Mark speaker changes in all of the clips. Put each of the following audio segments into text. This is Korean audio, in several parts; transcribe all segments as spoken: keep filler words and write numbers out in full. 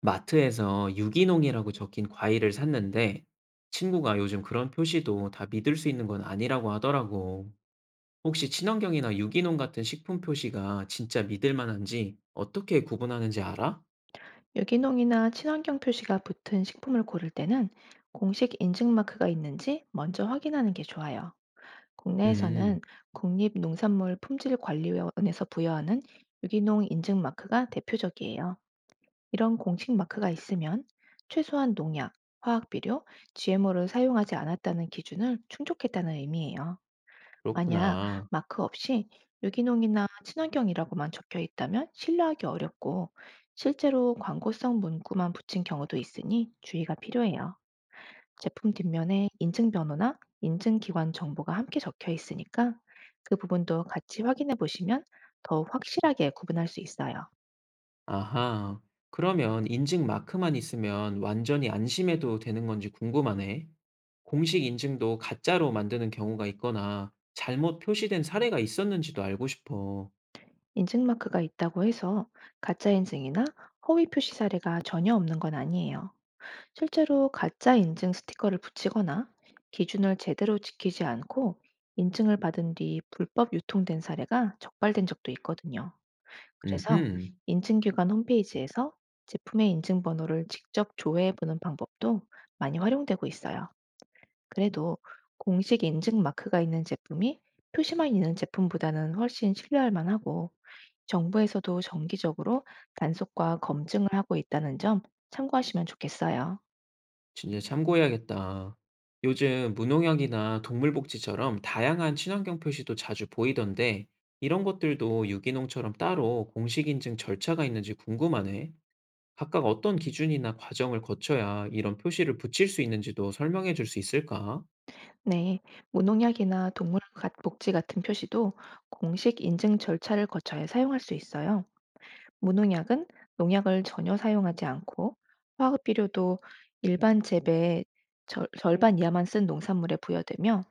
Speaker 1: 마트에서 유기농이라고 적힌 과일을 샀는데 친구가 요즘 그런 표시도 다 믿을 수 있는 건 아니라고 하더라고. 혹시 친환경이나 유기농 같은 식품 표시가 진짜 믿을 만한지 어떻게 구분하는지 알아?
Speaker 2: 유기농이나 친환경 표시가 붙은 식품을 고를 때는 공식 인증 마크가 있는지 먼저 확인하는 게 좋아요.
Speaker 1: 음,
Speaker 2: 국내에서는 국립농산물품질관리원에서 부여하는 유기농 인증 마크가 대표적이에요. 이런 공식 마크가 있으면 최소한 농약, 화학비료, 지엠오를 사용하지 않았다는 기준을 충족했다는 의미예요. 만약
Speaker 1: 그렇구나.
Speaker 2: 마크 없이 유기농이나 친환경이라고만 적혀 있다면 신뢰하기 어렵고, 실제로 광고성 문구만 붙인 경우도 있으니 주의가 필요해요. 제품 뒷면에 인증 번호나 인증 기관 정보가 함께 적혀 있으니까 그 부분도 같이 확인해 보시면 더욱 확실하게 구분할 수 있어요.
Speaker 1: 아하. 그러면 인증 마크만 있으면 완전히 안심해도 되는 건지 궁금하네. 공식 인증도 가짜로 만드는 경우가 있거나 잘못 표시된 사례가 있었는지도 알고 싶어.
Speaker 2: 인증 마크가 있다고 해서 가짜 인증이나 허위 표시 사례가 전혀 없는 건 아니에요. 실제로 가짜 인증 스티커를 붙이거나 기준을 제대로 지키지 않고 인증을 받은 뒤 불법 유통된 사례가 적발된 적도 있거든요. 그래서
Speaker 1: 음흠.
Speaker 2: 인증기관 홈페이지에서 제품의 인증번호를 직접 조회해보는 방법도 많이 활용되고 있어요. 그래도 공식 인증 마크가 있는 제품이 표시만 있는 제품보다는 훨씬 신뢰할 만하고, 정부에서도 정기적으로 단속과 검증을 하고 있다는 점 참고하시면 좋겠어요.
Speaker 1: 진짜 참고해야겠다. 요즘 무농약이나 동물복지처럼 다양한 친환경 표시도 자주 보이던데, 이런 것들도 유기농처럼 따로 공식 인증 절차가 있는지 궁금하네. 각각 어떤 기준이나 과정을 거쳐야 이런 표시를 붙일 수 있는지도 설명해 줄 수 있을까?
Speaker 2: 네, 무농약이나 동물 가- 복지 같은 표시도 공식 인증 절차를 거쳐야 사용할 수 있어요. 무농약은 농약을 전혀 사용하지 않고 화학 비료도 일반 재배의 절, 절반 이하만 쓴 농산물에 부여되며,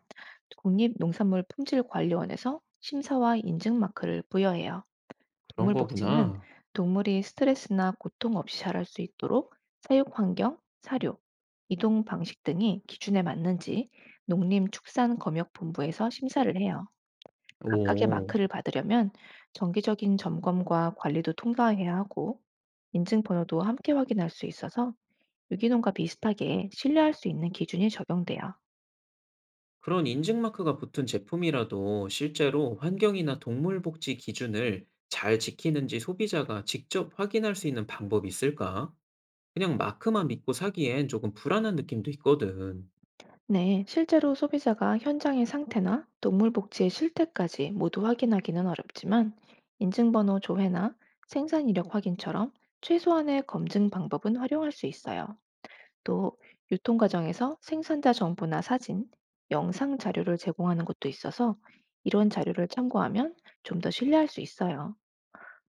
Speaker 2: 국립농산물품질관리원에서 심사와 인증 마크를 부여해요.
Speaker 1: 그런
Speaker 2: 동물 복지는
Speaker 1: 거구나.
Speaker 2: 동물이 스트레스나 고통 없이 자랄 수 있도록 사육 환경, 사료, 이동 방식 등이 기준에 맞는지 농림축산검역본부에서 심사를 해요. 각각의
Speaker 1: 오,
Speaker 2: 마크를 받으려면 정기적인 점검과 관리도 통과해야 하고, 인증 번호도 함께 확인할 수 있어서 유기농과 비슷하게 신뢰할 수 있는 기준이 적용돼요.
Speaker 1: 그런 인증 마크가 붙은 제품이라도 실제로 환경이나 동물복지 기준을 잘 지키는지 소비자가 직접 확인할 수 있는 방법이 있을까? 그냥 마크만 믿고 사기엔 조금 불안한 느낌도 있거든.
Speaker 2: 네, 실제로 소비자가 현장의 상태나 동물 복지의 실태까지 모두 확인하기는 어렵지만, 인증번호 조회나 생산 이력 확인처럼 최소한의 검증 방법은 활용할 수 있어요. 또 유통 과정에서 생산자 정보나 사진, 영상 자료를 제공하는 것도 있어서 이런 자료를 참고하면 좀 더 신뢰할 수 있어요.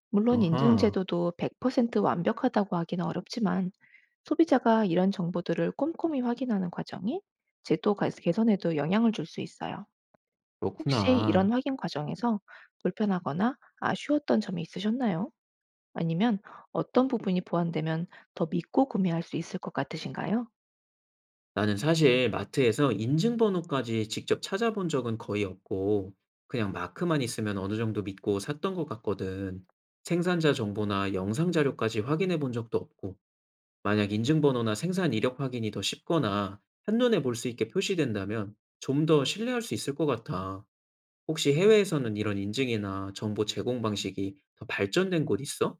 Speaker 2: 물론 인증
Speaker 1: 아하,
Speaker 2: 제도도 백 퍼센트 완벽하다고 하기는 어렵지만, 소비자가 이런 정보들을 꼼꼼히 확인하는 과정이 제도 가- 개선에도 영향을 줄 수 있어요. 혹시 이런
Speaker 1: 그렇구나.
Speaker 2: 확인 과정에서 불편하거나 아쉬웠던 점이 있으셨나요? 아니면 어떤 부분이 보완되면 더 믿고 구매할 수 있을 것 같으신가요?
Speaker 1: 나는 사실 마트에서 인증번호까지 직접 찾아본 적은 거의 없고, 그냥 마크만 있으면 어느 정도 믿고 샀던 것 같거든. 생산자 정보나 영상 자료까지 확인해 본 적도 없고, 만약 인증번호나 생산 이력 확인이 더 쉽거나 한눈에 볼 수 있게 표시된다면 좀 더 신뢰할 수 있을 것 같아. 혹시 해외에서는 이런 인증이나 정보 제공 방식이 더 발전된 곳 있어?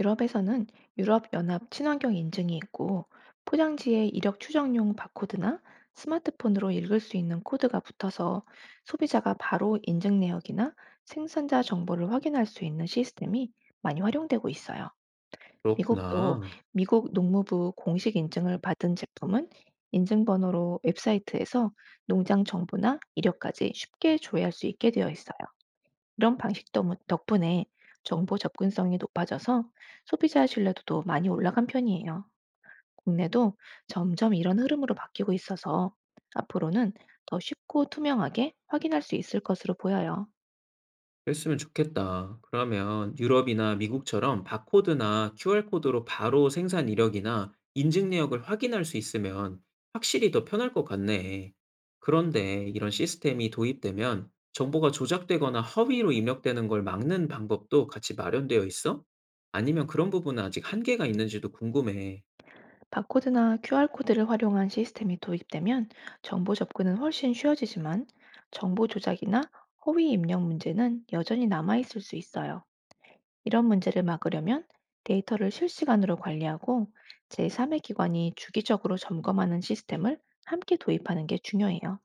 Speaker 2: 유럽에서는 유럽연합 친환경 인증이 있고, 포장지에 이력 추정용 바코드나 스마트폰으로 읽을 수 있는 코드가 붙어서 소비자가 바로 인증 내역이나 생산자 정보를 확인할 수 있는 시스템이 많이 활용되고 있어요. 미국도
Speaker 1: 그렇구나.
Speaker 2: 미국 농무부 공식 인증을 받은 제품은 인증번호로 웹사이트에서 농장 정보나 이력까지 쉽게 조회할 수 있게 되어 있어요. 이런 방식 덕- 덕분에 정보 접근성이 높아져서 소비자 신뢰도도 많이 올라간 편이에요. 국내도 점점 이런 흐름으로 바뀌고 있어서 앞으로는 더 쉽고 투명하게 확인할 수 있을 것으로 보여요.
Speaker 1: 그랬으면 좋겠다. 그러면 유럽이나 미국처럼 바코드나 큐알코드로 바로 생산 이력이나 인증 내역을 확인할 수 있으면 확실히 더 편할 것 같네. 그런데 이런 시스템이 도입되면 정보가 조작되거나 허위로 입력되는 걸 막는 방법도 같이 마련되어 있어? 아니면 그런 부분은 아직 한계가 있는지도 궁금해.
Speaker 2: 바코드나 큐알코드를 활용한 시스템이 도입되면 정보 접근은 훨씬 쉬워지지만 정보 조작이나 허위 입력 문제는 여전히 남아있을 수 있어요. 이런 문제를 막으려면 데이터를 실시간으로 관리하고, 제삼의 기관이 주기적으로 점검하는 시스템을 함께 도입하는 게 중요해요.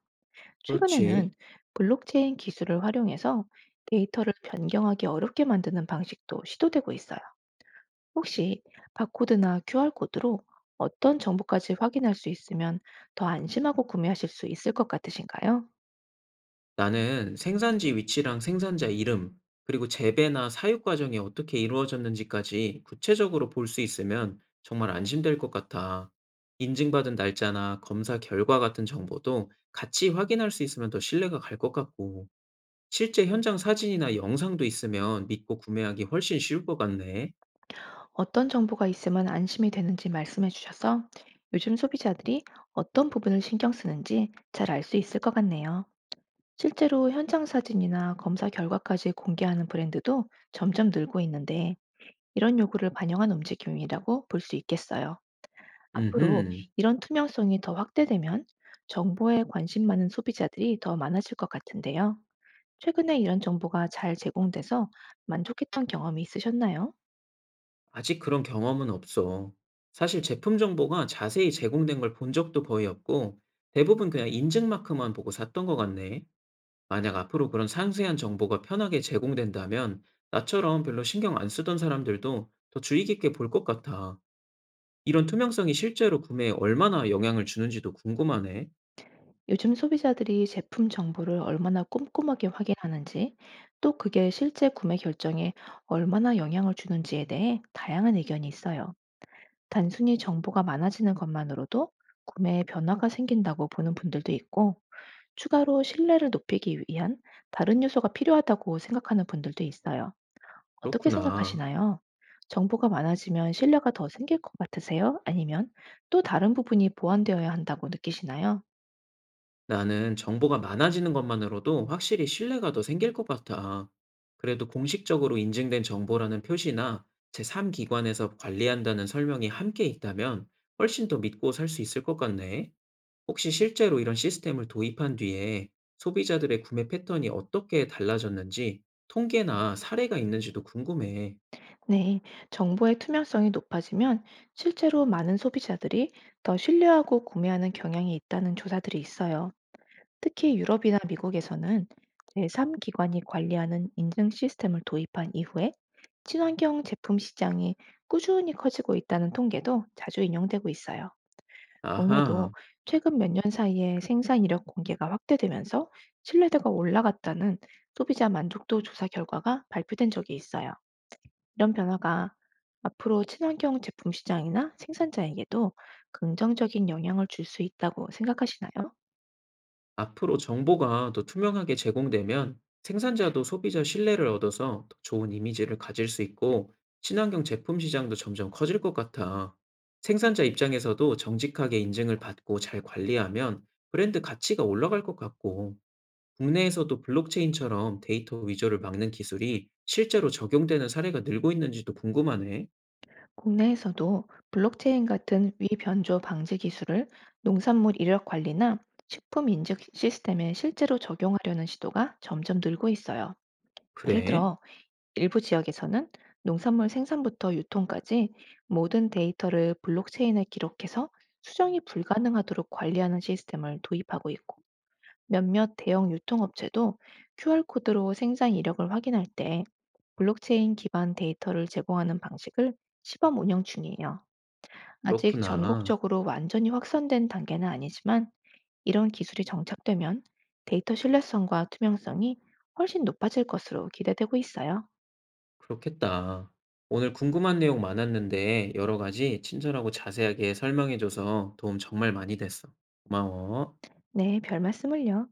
Speaker 2: 최근에는
Speaker 1: 그렇지.
Speaker 2: 블록체인 기술을 활용해서 데이터를 변경하기 어렵게 만드는 방식도 시도되고 있어요. 혹시 바코드나 큐알코드로 어떤 정보까지 확인할 수 있으면 더 안심하고 구매하실 수 있을 것 같으신가요?
Speaker 1: 나는 생산지 위치랑 생산자 이름, 그리고 재배나 사육 과정이 어떻게 이루어졌는지까지 구체적으로 볼 수 있으면 정말 안심될 것 같아. 인증받은 날짜나 검사 결과 같은 정보도 같이 확인할 수 있으면 더 신뢰가 갈 것 같고, 실제 현장 사진이나 영상도 있으면 믿고 구매하기 훨씬 쉬울 것 같네.
Speaker 2: 어떤 정보가 있으면 안심이 되는지 말씀해 주셔서, 요즘 소비자들이 어떤 부분을 신경 쓰는지 잘 알 수 있을 것 같네요. 실제로 현장 사진이나 검사 결과까지 공개하는 브랜드도 점점 늘고 있는데, 이런 요구를 반영한 움직임이라고 볼 수 있겠어요. 앞으로
Speaker 1: 음,
Speaker 2: 이런 투명성이 더 확대되면 정보에 관심 많은 소비자들이 더 많아질 것 같은데요. 최근에 이런 정보가 잘 제공돼서 만족했던 경험이 있으셨나요?
Speaker 1: 아직 그런 경험은 없어. 사실 제품 정보가 자세히 제공된 걸 본 적도 거의 없고, 대부분 그냥 인증 마크만 보고 샀던 것 같네. 만약 앞으로 그런 상세한 정보가 편하게 제공된다면 나처럼 별로 신경 안 쓰던 사람들도 더 주의 깊게 볼 것 같아. 이런 투명성이 실제로 구매에 얼마나 영향을 주는지도 궁금하네.
Speaker 2: 요즘 소비자들이 제품 정보를 얼마나 꼼꼼하게 확인하는지, 또 그게 실제 구매 결정에 얼마나 영향을 주는지에 대해 다양한 의견이 있어요. 단순히 정보가 많아지는 것만으로도 구매에 변화가 생긴다고 보는 분들도 있고, 추가로 신뢰를 높이기 위한 다른 요소가 필요하다고 생각하는 분들도 있어요. 어떻게
Speaker 1: 그렇구나.
Speaker 2: 생각하시나요? 정보가 많아지면 신뢰가 더 생길 것 같으세요? 아니면 또 다른 부분이 보완되어야 한다고 느끼시나요?
Speaker 1: 나는 정보가 많아지는 것만으로도 확실히 신뢰가 더 생길 것 같아. 그래도 공식적으로 인증된 정보라는 표시나 제삼 기관에서 관리한다는 설명이 함께 있다면 훨씬 더 믿고 살 수 있을 것 같네. 혹시 실제로 이런 시스템을 도입한 뒤에 소비자들의 구매 패턴이 어떻게 달라졌는지 통계나 사례가 있는지도 궁금해.
Speaker 2: 네, 정보의 투명성이 높아지면 실제로 많은 소비자들이 더 신뢰하고 구매하는 경향이 있다는 조사들이 있어요. 특히 유럽이나 미국에서는 제삼 기관이 관리하는 인증 시스템을 도입한 이후에 친환경 제품 시장이 꾸준히 커지고 있다는 통계도 자주 인용되고 있어요. 국내도
Speaker 1: 아하,
Speaker 2: 최근 몇 년 사이에 생산 이력 공개가 확대되면서 신뢰도가 올라갔다는 소비자 만족도 조사 결과가 발표된 적이 있어요. 이런 변화가 앞으로 친환경 제품 시장이나 생산자에게도 긍정적인 영향을 줄 수 있다고 생각하시나요?
Speaker 1: 앞으로 정보가 더 투명하게 제공되면 생산자도 소비자 신뢰를 얻어서 더 좋은 이미지를 가질 수 있고 친환경 제품 시장도 점점 커질 것 같아. 생산자 입장에서도 정직하게 인증을 받고 잘 관리하면 브랜드 가치가 올라갈 것 같고. 국내에서도 블록체인처럼 데이터 위조를 막는 기술이 실제로 적용되는 사례가 늘고 있는지도 궁금하네.
Speaker 2: 국내에서도 블록체인 같은 위변조 방지 기술을 농산물 이력 관리나 식품 인증 시스템에 실제로 적용하려는 시도가 점점 늘고 있어요. 예를
Speaker 1: 그래?
Speaker 2: 들어, 일부 지역에서는 농산물 생산부터 유통까지 모든 데이터를 블록체인에 기록해서 수정이 불가능하도록 관리하는 시스템을 도입하고 있고, 몇몇 대형 유통업체도 큐알코드로 생산 이력을 확인할 때 블록체인 기반 데이터를 제공하는 방식을 시범 운영 중이에요. 아직
Speaker 1: 그렇구나.
Speaker 2: 전국적으로 완전히 확산된 단계는 아니지만, 이런 기술이 정착되면 데이터 신뢰성과 투명성이 훨씬 높아질 것으로 기대되고 있어요.
Speaker 1: 그렇겠다. 오늘 궁금한 내용 많았는데 여러 가지 친절하고 자세하게 설명해줘서 도움 정말 많이 됐어. 고마워.
Speaker 2: 네, 별 말씀을요.